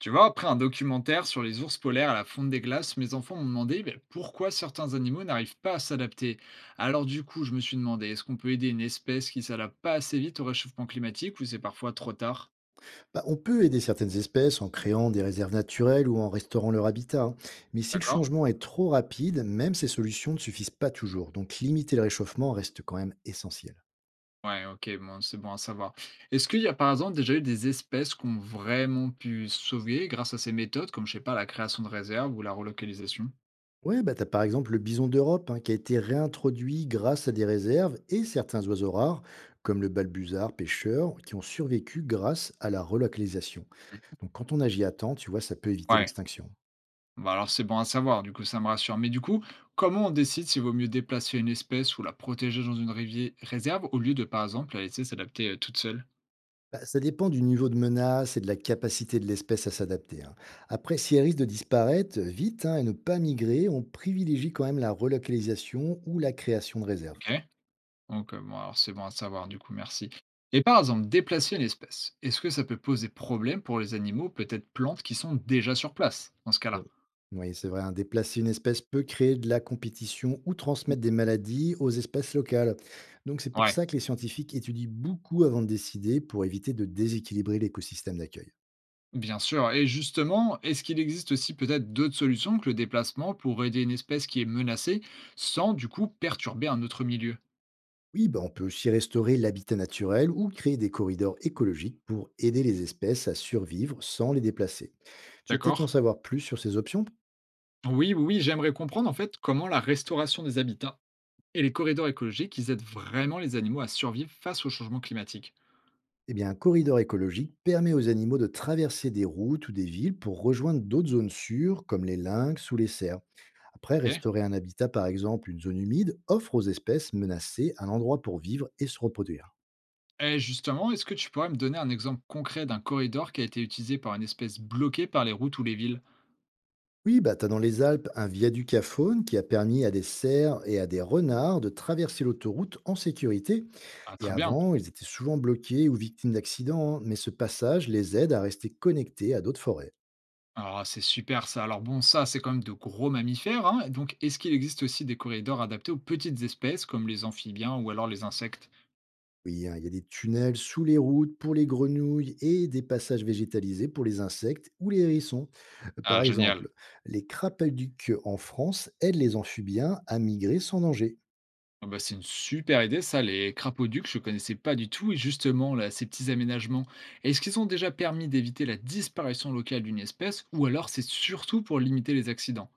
Tu vois, après un documentaire sur les ours polaires à la fonte des glaces, mes enfants m'ont demandé ben, pourquoi certains animaux n'arrivent pas à s'adapter. Alors du coup, je me suis demandé, est-ce qu'on peut aider une espèce qui s'adapte pas assez vite au réchauffement climatique ou c'est parfois trop tard? Bah, on peut aider certaines espèces en créant des réserves naturelles ou en restaurant leur habitat, hein. Mais si le D'accord? changement est trop rapide, même ces solutions ne suffisent pas toujours. Donc limiter le réchauffement reste quand même essentiel. Ouais, ok, bon, c'est bon à savoir. Est-ce qu'il y a par exemple déjà eu des espèces qui ont vraiment pu sauver grâce à ces méthodes, comme je sais pas la création de réserves ou la relocalisation? Ouais, bah t'as par exemple le bison d'Europe, hein, qui a été réintroduit grâce à des réserves, et certains oiseaux rares, comme le balbuzard pêcheur, qui ont survécu grâce à la relocalisation. Donc quand on agit à temps, tu vois, ça peut éviter Ouais. l'extinction. Bah alors c'est bon à savoir, du coup ça me rassure. Mais du coup, comment on décide s'il vaut mieux déplacer une espèce ou la protéger dans une rivière réserve au lieu de, par exemple, la laisser s'adapter toute seule? Bah, ça dépend du niveau de menace et de la capacité de l'espèce à s'adapter, hein. Après, si elle risque de disparaître vite, hein, et ne pas migrer, on privilégie quand même la relocalisation ou la création de réserves. Ok? Donc bon, alors c'est bon à savoir, du coup, merci. Et par exemple, déplacer une espèce, est-ce que ça peut poser problème pour les animaux, peut-être plantes qui sont déjà sur place, dans ce cas-là? Oh. Oui, c'est vrai, hein, déplacer une espèce peut créer de la compétition ou transmettre des maladies aux espèces locales. Donc c'est pour Ouais, ça que les scientifiques étudient beaucoup avant de décider, pour éviter de déséquilibrer l'écosystème d'accueil. bien sûr. Et justement, est-ce qu'il existe aussi peut-être d'autres solutions que le déplacement pour aider une espèce qui est menacée sans du coup perturber un autre milieu? Oui, bah, on peut aussi restaurer l'habitat naturel ou créer des corridors écologiques pour aider les espèces à survivre sans les déplacer. Tu veux peut-être en D'accord? savoir plus sur ces options. Oui, oui, oui, j'aimerais comprendre en fait comment la restauration des habitats et les corridors écologiques, ils aident vraiment les animaux à survivre face au changement climatique. Eh bien, un corridor écologique permet aux animaux de traverser des routes ou des villes pour rejoindre d'autres zones sûres, comme les lynx ou les cerfs. Après, Ok. restaurer un habitat, par exemple une zone humide, offre aux espèces menacées un endroit pour vivre et se reproduire. Et justement, est-ce que tu pourrais me donner un exemple concret d'un corridor qui a été utilisé par une espèce bloquée par les routes ou les villes? Oui, bah, t'as dans les Alpes un viaduc à faune qui a permis à des cerfs et à des renards de traverser l'autoroute en sécurité. Ah, Et très bien. avant, ils étaient souvent bloqués ou victimes d'accidents, hein, mais ce passage les aide à rester connectés à d'autres forêts. Ah, c'est super ça. Alors bon, ça, c'est quand même de gros mammifères, hein. Donc, est-ce qu'il existe aussi des corridors adaptés aux petites espèces comme les amphibiens ou alors les insectes? Oui, hein, il y a des tunnels sous les routes pour les grenouilles et des passages végétalisés pour les insectes ou les hérissons. Ah, Par génial. exemple, les crapahucs en France aident les amphibiens à migrer sans danger. Ah bah, c'est une super idée ça, les crapauds ducs, je ne connaissais pas du tout. Et justement, là, ces petits aménagements, est-ce qu'ils ont déjà permis d'éviter la disparition locale d'une espèce ou alors c'est surtout pour limiter les accidents?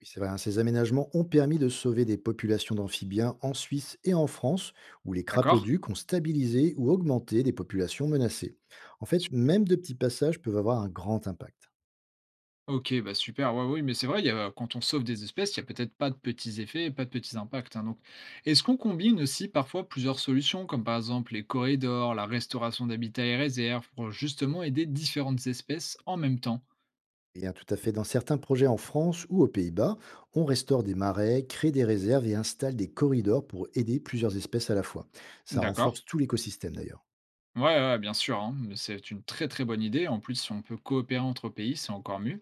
Oui, c'est vrai, hein, ces aménagements ont permis de sauver des populations d'amphibiens en Suisse et en France, où les D'accord? crapauducs ont stabilisé ou augmenté des populations menacées. En fait, Super. même de petits passages peuvent avoir un grand impact. Ok, bah super, ouais, oui, mais c'est vrai, il y a, quand on sauve des espèces, il n'y a peut-être pas de petits effets, pas de petits impacts, hein. Donc, est-ce qu'on combine aussi parfois plusieurs solutions, comme par exemple les corridors, la restauration d'habitats et réserves, pour justement aider différentes espèces en même temps? Eh bien, tout à fait. Dans certains projets en France ou aux Pays-Bas, on restaure des marais, crée des réserves et installe des corridors pour aider plusieurs espèces à la fois. Ça D'accord? renforce tout l'écosystème d'ailleurs. Ouais, ouais, ouais, bien sûr, hein, mais c'est une très très bonne idée. En plus, si on peut coopérer entre pays, c'est encore mieux.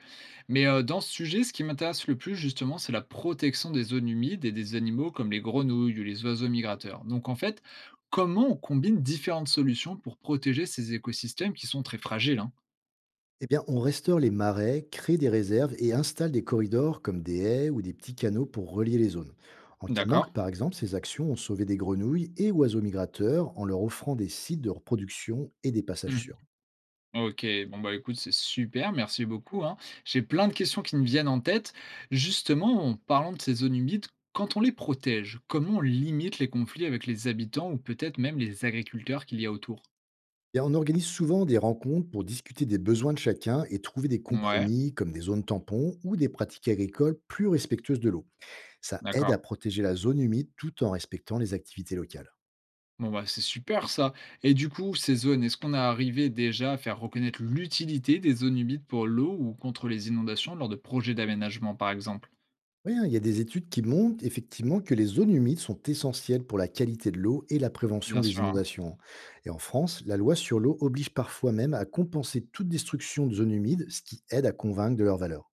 Mais dans ce sujet, ce qui m'intéresse le plus, justement, c'est la protection des zones humides et des animaux comme les grenouilles ou les oiseaux migrateurs. Donc, en fait, comment on combine différentes solutions pour protéger ces écosystèmes qui sont très fragiles, hein? Eh bien, on restaure les marais, crée des réserves et installe des corridors comme des haies ou des petits canaux pour relier les zones. En D'accord. Camargue, par exemple, ces actions ont sauvé des grenouilles et oiseaux migrateurs en leur offrant des sites de reproduction et des passages sûrs. OK, bon, bah, écoute, c'est super, merci beaucoup, hein. J'ai plein de questions qui me viennent en tête. Justement, en parlant de ces zones humides, quand on les protège, comment on limite les conflits avec les habitants ou peut-être même les agriculteurs qu'il y a autour? Bien, on organise souvent des rencontres pour discuter des besoins de chacun et trouver des Ouais, compromis, comme des zones tampons ou des pratiques agricoles plus respectueuses de l'eau. Ça aide à d'accord. protéger la zone humide tout en respectant les activités locales. Bon, bah, c'est super ça. Et du coup, ces zones, est-ce qu'on a arrivé déjà à faire reconnaître l'utilité des zones humides pour l'eau ou contre les inondations lors de projets d'aménagement, par exemple? Oui, hein, il y a des études qui montrent effectivement que les zones humides sont essentielles pour la qualité de l'eau et la prévention Bien des sûr. inondations, hein. Et en France, la loi sur l'eau oblige parfois même à compenser toute destruction de zones humides, ce qui aide à convaincre de leur valeur.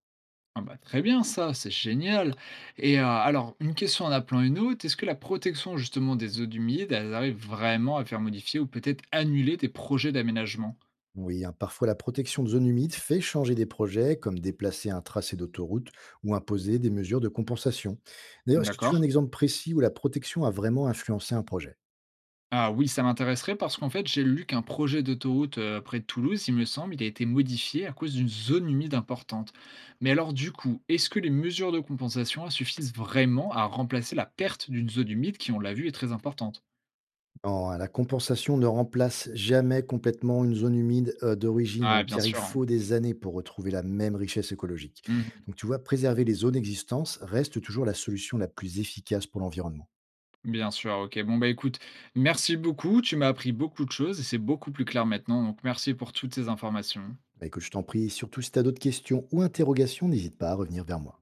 Ah bah, très bien ça, c'est génial. Et alors une question en appelant une autre, est-ce que la protection justement des zones humides, elles arrivent vraiment à faire modifier ou peut-être annuler des projets d'aménagement? Oui, hein, parfois la protection de zones humides fait changer des projets, comme déplacer un tracé d'autoroute ou imposer des mesures de compensation. D'ailleurs, est-ce que tu D'accord. as un exemple précis où la protection a vraiment influencé un projet? Ah oui, ça m'intéresserait parce qu'en fait, j'ai lu qu'un projet d'autoroute, près de Toulouse, il me semble, il a été modifié à cause d'une zone humide importante. Mais alors du coup, est-ce que les mesures de compensation, elles suffisent vraiment à remplacer la perte d'une zone humide qui, on l'a vu, est très importante? Non, hein, la compensation ne remplace jamais complètement une zone humide d'origine, Ah hein, bien car il sûr, hein. faut des années pour retrouver la même richesse écologique. Mmh. Donc tu vois, préserver les zones existantes reste toujours la solution la plus efficace pour l'environnement. Bien sûr, OK. Bon, bah, écoute, merci beaucoup. Tu m'as appris beaucoup de choses et c'est beaucoup plus clair maintenant. Donc, merci pour toutes ces informations. Bah, écoute, je t'en prie, surtout si tu as d'autres questions ou interrogations, n'hésite pas à revenir vers moi.